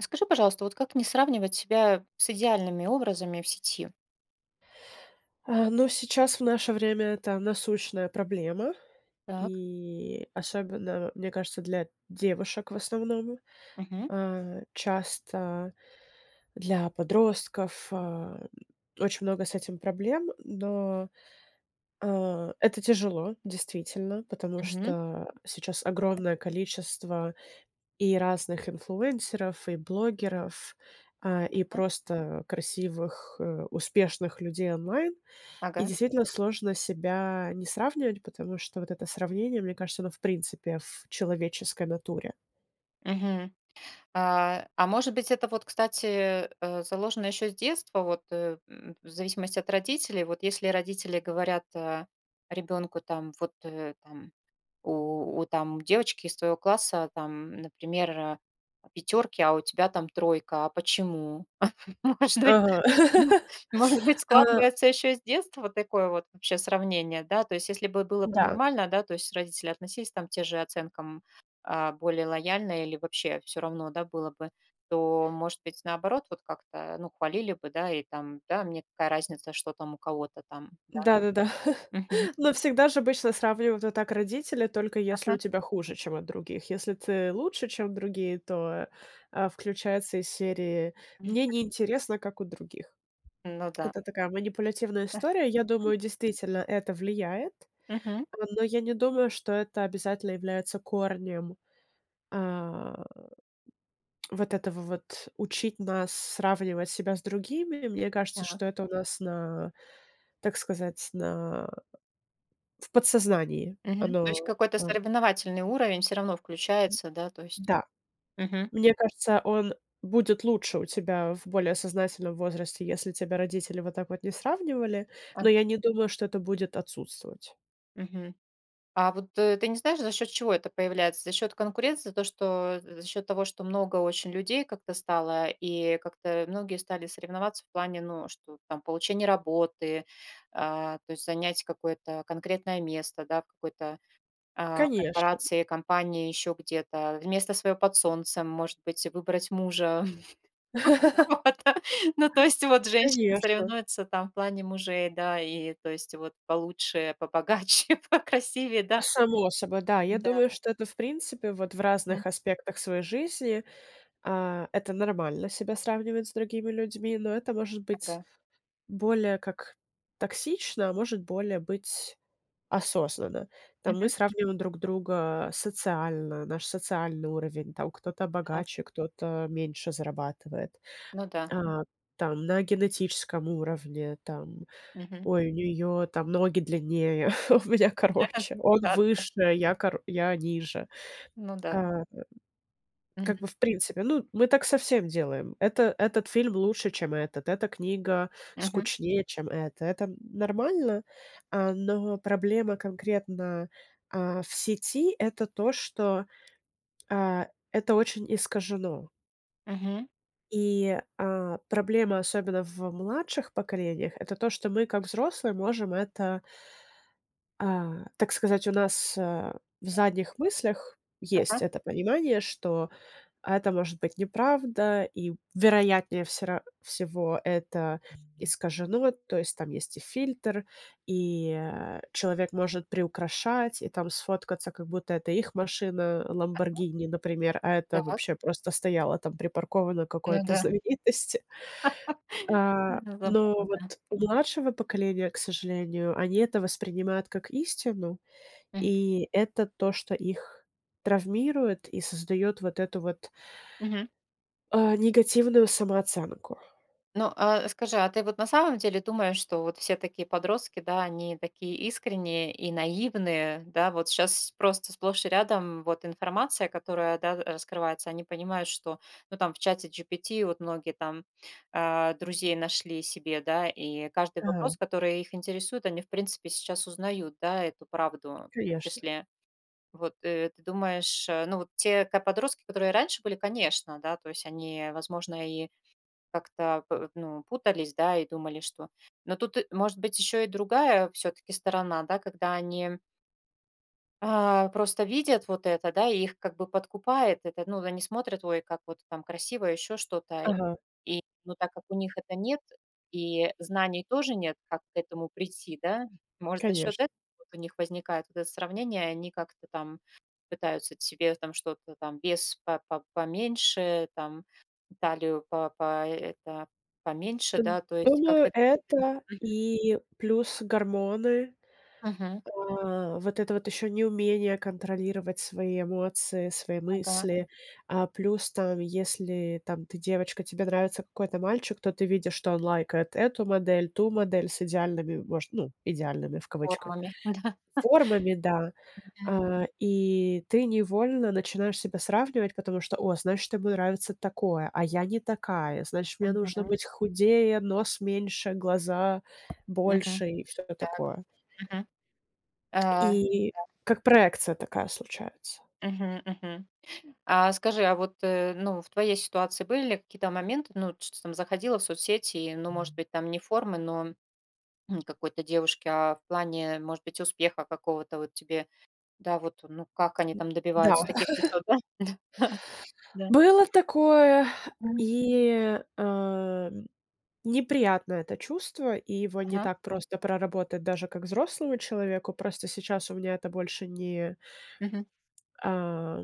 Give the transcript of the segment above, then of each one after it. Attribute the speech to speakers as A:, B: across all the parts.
A: Скажи, пожалуйста, вот как не сравнивать себя с идеальными образами в сети?
B: Ну, сейчас в наше время это насущная проблема.
A: Так.
B: И особенно, мне кажется, для девушек в основном.
A: Мгм.
B: Часто для подростков, очень много с этим проблем, но, это тяжело, действительно, потому
A: Мгм.
B: что сейчас огромное количество и разных инфлюенсеров, и блогеров, и
A: Да.
B: просто красивых, успешных людей онлайн. И
A: Ага.
B: действительно сложно себя не сравнивать, потому что вот это сравнение, мне кажется, оно в принципе в человеческой натуре.
A: Мгм. А может быть, это вот, кстати, заложено еще с детства, вот, в зависимости от родителей. Вот если родители говорят ребенку там, вот там у там девочки из твоего класса там, например, пятерки, а у тебя там тройка, а почему? Может быть,
B: Ага.
A: может быть,
B: А,
A: складывается еще с детства вот такое вот вообще сравнение, да? То есть если бы было бы
B: да.
A: нормально, да, то есть родители относились там те же оценкам более лояльно или вообще все равно, да, было бы, то, может быть, наоборот, вот как-то, ну, хвалили бы, да, и там, да, мне какая разница, что там у кого-то там, да.
B: Да-да-да.
A: Мгм.
B: Но всегда же обычно сравнивают вот так родители, только если
A: Ага.
B: у тебя хуже, чем от других. Если ты лучше, чем другие, то, включается из серии
A: М,
B: "мне не интересно, как у других".
A: Ну да.
B: Это такая манипулятивная история. Я думаю, действительно, это влияет,
A: Мгм.
B: но я не думаю, что это обязательно является корнем, а, вот этого вот учить нас сравнивать себя с другими. Мне кажется, что
A: Так.
B: это у нас на, так сказать, на в подсознании.
A: Мгм. То есть
B: Оно,
A: какой-то соревновательный уровень все равно включается, да, то есть.
B: да.
A: Мгм.
B: Мне кажется, он будет лучше у тебя в более сознательном возрасте, если тебя родители вот так вот не сравнивали, но
A: Ага.
B: я не думаю, что это будет отсутствовать.
A: Мгм. А вот, ты не знаешь, за счет чего это появляется? За счет конкуренции, то, что за счет того, что много очень людей как-то стало, и как-то многие стали соревноваться в плане, ну, что там получение работы, то есть занять какое-то конкретное место, да, в какой-то,
B: Конечно,
A: корпорации, компании, еще где-то, место свое под солнцем, может быть, выбрать мужа какого-то. Ну, то есть вот женщины
B: конечно.
A: соревнуются там в плане мужей, да, и то есть вот получше, побогаче, покрасивее, да.
B: Само собой, да. Я
A: Да.
B: думаю, что это, в принципе, вот в разных аспектах своей жизни, это нормально себя сравнивать с другими людьми, но это может быть
A: Ага.
B: более как токсично, а может, более быть осознанно. Там мы
A: Мгм.
B: сравниваем друг друга социально, наш социальный уровень, там кто-то
A: Так.
B: богаче, кто-то меньше зарабатывает.
A: Ну да.
B: А, там на генетическом уровне, там:
A: Мгм.
B: "Ой, у нее там ноги длиннее, у меня короче, он
A: Да, да.
B: выше, я ниже".
A: Ну да.
B: А как
A: Мгм.
B: бы, в принципе, ну, мы так совсем делаем. Это этот фильм лучше, чем этот, эта книга
A: Мгм.
B: скучнее, чем это. Это нормально, но проблема конкретно, в сети — это то, что, это очень искажено.
A: Мгм.
B: И, проблема, особенно в младших поколениях, это то, что мы, как взрослые, можем это, так сказать, у нас, в задних мыслях есть
A: Ага.
B: это понимание, что а это может быть неправда, и, вероятнее всера всего, это искажено. То есть там есть и фильтр, и, человек может приукрашать, и там сфоткаться, как будто это их машина
A: Ага.
B: "Ламборгини", например, а это
A: Так.
B: вообще просто стояла там припаркована
A: Ну
B: какой-то
A: да.
B: знаменитости.
A: Забавно,
B: Но вот
A: да.
B: у младшего поколения, к сожалению, они это воспринимают как истину,
A: Мгм.
B: и это то, что их травмирует и создает вот эту вот
A: Мгм.
B: негативную самооценку.
A: Ну, а скажи, а ты вот на самом деле думаешь, что вот все такие подростки, да, они такие искренние и наивные, да, вот сейчас просто сплошь и рядом вот информация, которая, да, раскрывается, они понимают, что, ну, там в чате GPT вот многие там друзей нашли себе, да, и каждый
B: Ага.
A: вопрос, который их интересует, они, в принципе, сейчас узнают, да, эту правду в том
B: Конечно.
A: числе. Вот ты думаешь, ну вот те подростки, которые раньше были, конечно, да, то есть они, возможно, и как-то, ну, путались, да, и думали, что но тут, может быть, еще и другая все таки сторона, да, когда они, просто видят вот это, да, и их как бы подкупает это. Ну, они смотрят: "Ой, как вот там красиво", еще что-то.
B: Ага.
A: И, ну, так как у них это нет, и знаний тоже нет, как к этому прийти, да, может, за счет этого
B: Конечно.
A: вот у них возникает вот это сравнение, и они как-то там пытаются себе там что-то там вес по поменьше, там талию по это поменьше,
B: Д
A: да, то есть как-то
B: Думаю,
A: какие-то
B: это и плюс гормоны,
A: Мгм.
B: вот это вот еще неумение контролировать свои эмоции, свои
A: Ага.
B: мысли. Плюс там, если там ты девочка, тебе нравится какой-то мальчик, то ты видишь, что он лайкает эту модель, ту модель с идеальными, может, ну, идеальными в кавычках,
A: Формами.
B: формами, да.
A: Да.
B: И ты невольно начинаешь себя сравнивать, потому что: "О, значит, ему нравится такое, а я не такая. Значит, мне нужно
A: Мгм.
B: быть худее, нос меньше, глаза
A: Мгм.
B: больше и все
A: Так.
B: такое".
A: Мгм. А.
B: И как проекция такая случается.
A: Мгм. Мгм. А скажи, а вот, ну, в твоей ситуации были ли какие-то моменты, ну, ты что там заходила в соцсети, и, ну, может быть, там не формы, но какой-то девушки, а в плане, может быть, успеха какого-то вот тебе, да, вот, ну, как они там добиваются
B: Да,
A: таких высот, да? Да.
B: было такое,
A: Мгм.
B: и, неприятно это чувство, и его не
A: Ага.
B: так просто проработать даже как взрослому человеку. Просто сейчас у меня это больше не,
A: Мгм.
B: а,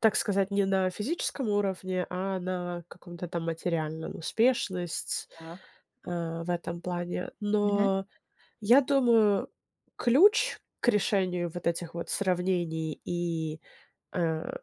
B: так сказать, не на физическом уровне, а на каком-то там материальном. Успешность,
A: Так.
B: э, в этом плане.
A: Мгм.
B: Но я думаю, ключ к решению вот этих вот сравнений и, э,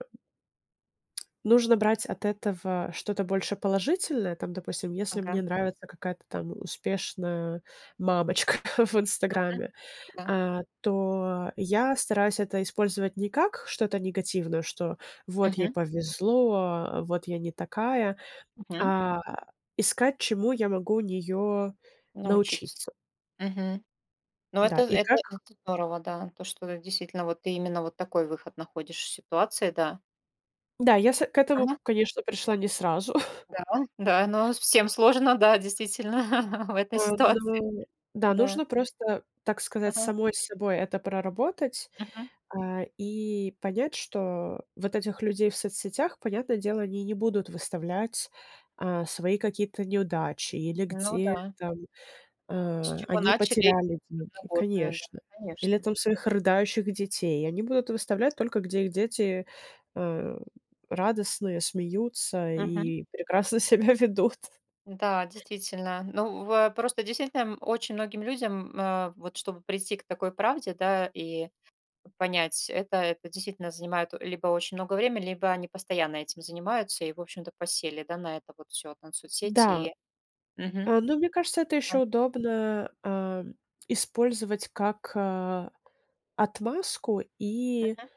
B: нужно брать от этого что-то больше положительное. Там, допустим, если
A: Ага.
B: мне нравится какая-то там успешная мамочка в
A: Мгм.
B: "Инстаграме",
A: Да.
B: то я стараюсь это использовать не как что-то негативное, что вот ей
A: Мгм,
B: повезло, вот я не такая,
A: мгм.
B: а искать, чему я могу у нее
A: Научиться.
B: научиться.
A: Мгм. Ну, это
B: Да, и
A: это
B: как
A: это здорово, да. То, что действительно вот ты именно вот такой выход находишь в ситуации, да.
B: да, я с к этому,
A: Ага,
B: конечно, пришла не сразу.
A: да, да, но всем сложно, да, действительно, в этой ситуации.
B: Но да,
A: Да.
B: нужно просто, так сказать,
A: Ага,
B: самой с собой это проработать.
A: мгм.
B: И понять, что вот этих людей в соцсетях, понятное дело, они не будут выставлять, свои какие-то неудачи или
A: Ну да,
B: где там,
A: с чего
B: они
A: начали и
B: потеряли деньги,
A: работаю, да,
B: конечно. Или
A: конечно.
B: там своих рыдающих детей. Они будут выставлять только, где их дети, а, радостные, смеются
A: Мгм.
B: и прекрасно себя ведут.
A: Да, действительно. Ну, в просто действительно, очень многим людям, вот чтобы прийти к такой правде, да, и понять, это действительно занимает либо очень много времени, либо они постоянно этим занимаются и, в общем-то, посели, да, на это вот все на соцсети
B: Да,
A: и Мгм.
B: ну, мне кажется, это
A: А,
B: еще удобно, использовать как, отмазку и
A: мгм.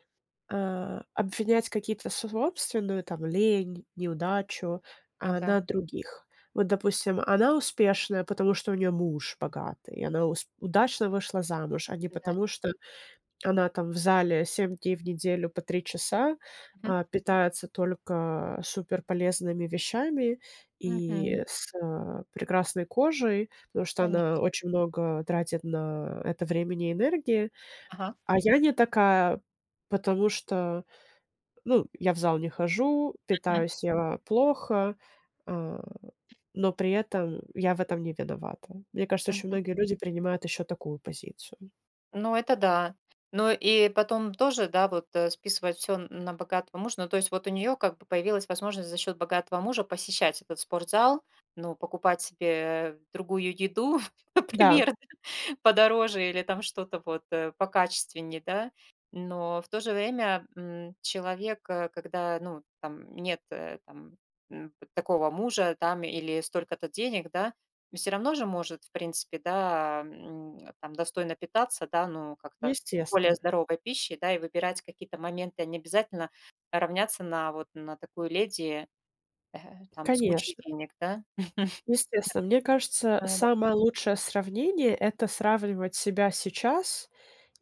B: обвинять какие-то собственную там лень, неудачу,
A: Ага.
B: на других. Вот, допустим, она успешная, потому что у нее муж богатый, она ус удачно вышла замуж, а не
A: Да.
B: потому, что она там в зале 7 дней в неделю по 3 часа,
A: Мгм.
B: питается только суперполезными вещами
A: Мгм.
B: и с, прекрасной кожей, потому что
A: Конечно.
B: она очень много тратит на это времени и энергии.
A: Ага.
B: А я не такая, потому что ну, я в зал не хожу,
A: Мгм.
B: питаюсь я плохо, а, но при этом я в этом не виновата. Мне кажется, очень
A: Мгм.
B: многие люди принимают еще такую позицию.
A: Ну, это да. Ну и потом тоже, да, вот, списывать все на богатого мужа. Ну, то есть вот у нее как бы появилась возможность за счет богатого мужа посещать этот спортзал, ну, покупать себе другую еду,
B: Да,
A: например. Подороже или там что-то вот, покачественнее, да. Но в то же время, человек, когда, ну, там нет, там, такого мужа там или столько-то денег, да, все равно же может, в принципе, да, там достойно питаться, да, ну, как-то более
B: естественно,
A: здоровой пищей, да, и выбирать какие-то моменты, а не обязательно равняться на вот на такую леди, э, там с кучей
B: конечно,
A: денег, да.
B: естественно. Мне кажется,
A: Да-да.
B: самое лучшее сравнение — это сравнивать себя сейчас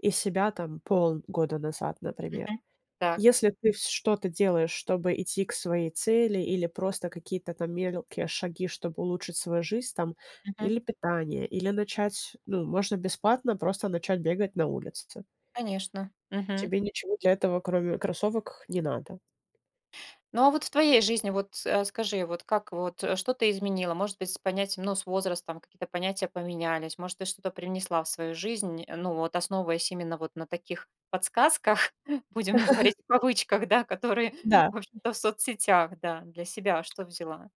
B: и себя там полгода назад, например.
A: Мгм. Так.
B: Если ты вс что-то делаешь, чтобы идти к своей цели, или просто какие-то там мелкие шаги, чтобы улучшить свою жизнь там,
A: Мгм.
B: или питание, или начать, ну, можно бесплатно просто начать бегать на улице.
A: Конечно. Мгм.
B: Тебе ничего для этого, кроме кроссовок, не надо.
A: Ну, а вот в твоей жизни, вот, скажи, вот как вот, что ты изменила? Может быть, с понятием, ну, с возрастом какие-то понятия поменялись, может, ты что-то привнесла в свою жизнь, ну, вот основываясь именно вот на таких подсказках, будем говорить в кавычках, да, которые,
B: Да,
A: в общем-то, в соцсетях, да, для себя что взяла?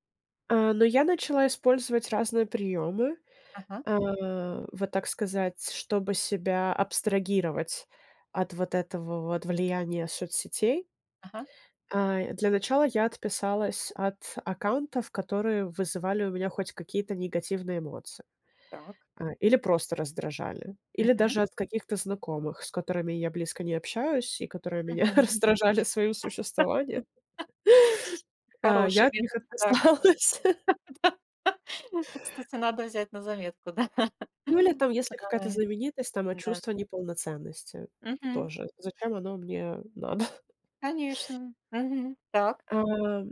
B: но я начала использовать разные приемы,
A: Ага,
B: вот так сказать, чтобы себя абстрагировать от вот этого вот влияния соцсетей.
A: ага,
B: Для начала я отписалась от аккаунтов, которые вызывали у меня хоть какие-то негативные эмоции,
A: так.
B: или просто раздражали, или
A: Мгм,
B: даже от каких-то знакомых, с которыми я близко не общаюсь и которые меня
A: мгм.
B: раздражали своим существованием. Я
A: Хороший
B: от них
A: метод, так.
B: отписалась.
A: Кстати, надо взять на заметку, да.
B: Ну или там, если какая-то
A: Ай,
B: знаменитость, там,
A: да.
B: чувства неполноценности
A: Мгм.
B: тоже. Зачем оно мне надо?
A: Конечно. Мгм. Так.
B: А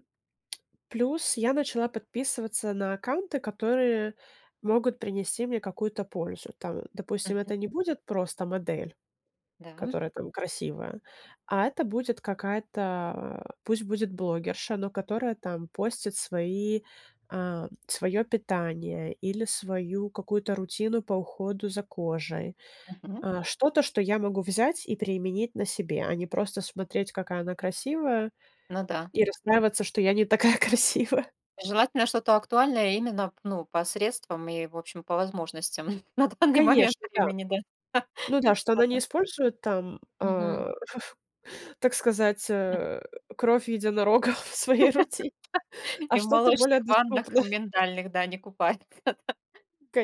B: Плюс я начала подписываться на аккаунты, которые могут принести мне какую-то пользу. Там, допустим,
A: Мгм.
B: это не будет просто модель,
A: Да.
B: которая там красивая, а это будет какая-то, пусть будет блогерша, но которая там постит свое питание или свою какую-то рутину по уходу за кожей.
A: Мгм.
B: Что-то, что я могу взять и применить на себе, а не просто смотреть, какая она красивая,
A: Ну да.
B: и расстраиваться, что я не такая красивая.
A: Желательно что-то актуальное именно, ну, по средствам и, в общем, по возможностям на данный момент
B: Конечно, да.
A: времени, да.
B: Ну да, что она не использует там,
A: Мгм.
B: так сказать, кровь единорога в своей рутине, а
A: И в
B: что-то более
A: молочных ваннах
B: доступное,
A: миндальных, да, не купаются.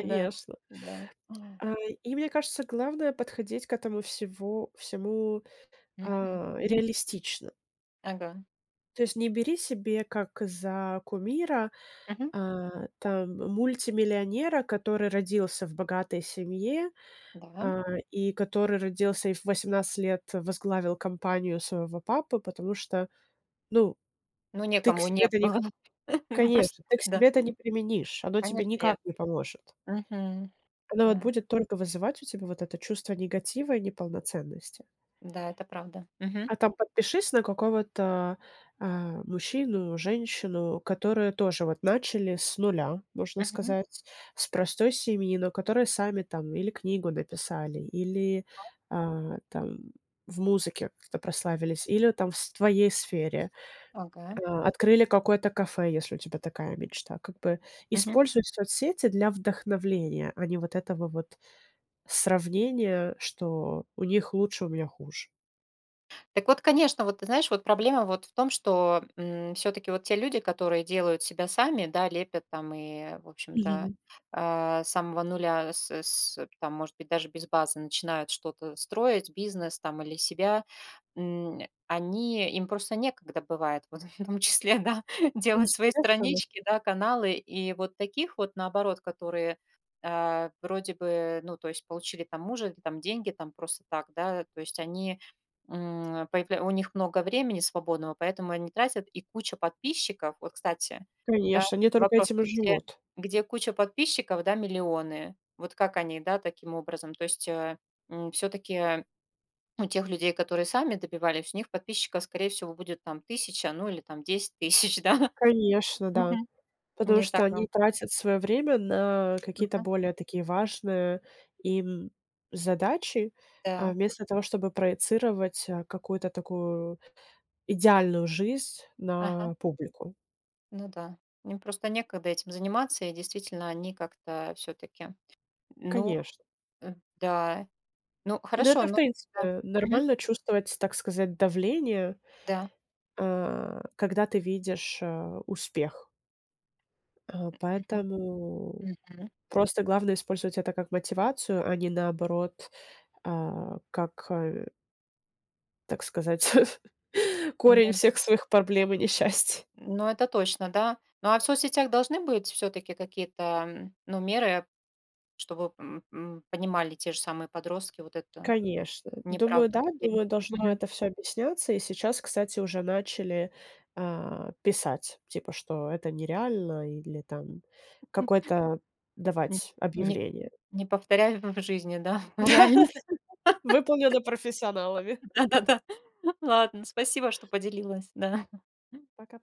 A: Да, да.
B: А, и мне кажется, главное подходить к этому всего всему,
A: Мгм.
B: реалистично.
A: Ага.
B: То есть не бери себе как за кумира,
A: Мгм.
B: там мультимиллионера, который родился в богатой семье,
A: Да.
B: а, и который родился и в 18 лет возглавил компанию своего папы, потому что ну,
A: Ну,
B: ты к
A: некому
B: себе
A: не
B: это
A: было.
B: никак,
A: Ну, просто,
B: конечно, ты к
A: да,
B: себе это не применишь, оно тебе
A: конечно,
B: никак
A: нет.
B: не поможет.
A: Мгм.
B: Оно вот
A: Да,
B: будет только вызывать у тебя вот это чувство негатива и неполноценности.
A: да, это правда. Мгм.
B: А там подпишись на какого-то, мужчину, женщину, которые тоже вот начали с нуля, можно
A: Мгм.
B: сказать, с простой семьи, но которые сами там или книгу написали, или, там в музыке как-то прославились, или там в с твоей сфере.
A: Ага.
B: Открыли какое-то кафе, если у тебя такая мечта. Как бы
A: Мгм.
B: используй соцсети для вдохновления, а не вот этого вот сравнения, что у них лучше, у меня хуже.
A: Так вот, конечно, вот ты знаешь, вот проблема вот в том, что, все таки вот те люди, которые делают себя сами, да, лепят там и, в общем-то,
B: Мгм.
A: с самого нуля, с там, может быть, даже без базы начинают что-то строить, бизнес там или себя, м, они им просто некогда бывает, вот в том числе, да, делать свои
B: Естественно,
A: странички, да, каналы. И вот таких вот, наоборот, которые, вроде бы, ну, то есть получили там мужа или там деньги там просто так, да, то есть они, М, появля у них много времени свободного, поэтому они тратят, и куча подписчиков. Вот, кстати, да,
B: конечно, они только
A: вопрос,
B: этим и
A: вот где
B: живут.
A: где куча подписчиков, да, миллионы. Вот как они, да, таким образом? То есть, все таки у тех людей, которые сами добивались, у них подписчиков, скорее всего, будет там 1000, ну, или там 10 000, да.
B: Конечно, да.
A: Мгм.
B: Потому
A: Не так
B: что
A: много.
B: они тратят свое время на какие-то
A: Мгм.
B: более такие важные им задачи,
A: Да.
B: вместо того, чтобы проецировать, какую-то такую идеальную жизнь
A: Ага.
B: на публику.
A: Ну да. Им просто некогда этим заниматься, и действительно они как-то все таки ну,
B: Конечно.
A: э, да. Ну,
B: Ну,
A: хорошо,
B: это, в
A: ну да.
B: принципе,
A: Мгм.
B: нормально чувствовать, так сказать, давление,
A: Да.
B: когда ты видишь, успех.
A: Мгм.
B: Поэтому
A: Мгм.
B: просто главное использовать это как мотивацию, а не наоборот, как, так сказать, корень
A: Ну
B: всех своих проблем и несчастий.
A: ну, это точно, да. Ну, а в соцсетях должны быть все-таки какие-то, ну, меры, чтобы, понимали те же самые подростки вот эту
B: Конечно. Думаю,
A: неправду
B: да,
A: людей.
B: думаю, должно
A: Мгм.
B: это все объясняться. И сейчас, кстати, уже начали, писать, типа, что это нереально или там
A: М,
B: какое-то давать
A: не
B: объявление.
A: не повторяй в жизни, да, в реальной.
B: Выполнено профессионалами.
A: Да-да-да. Ладно, спасибо, что поделилась, да.
B: Пока-пока.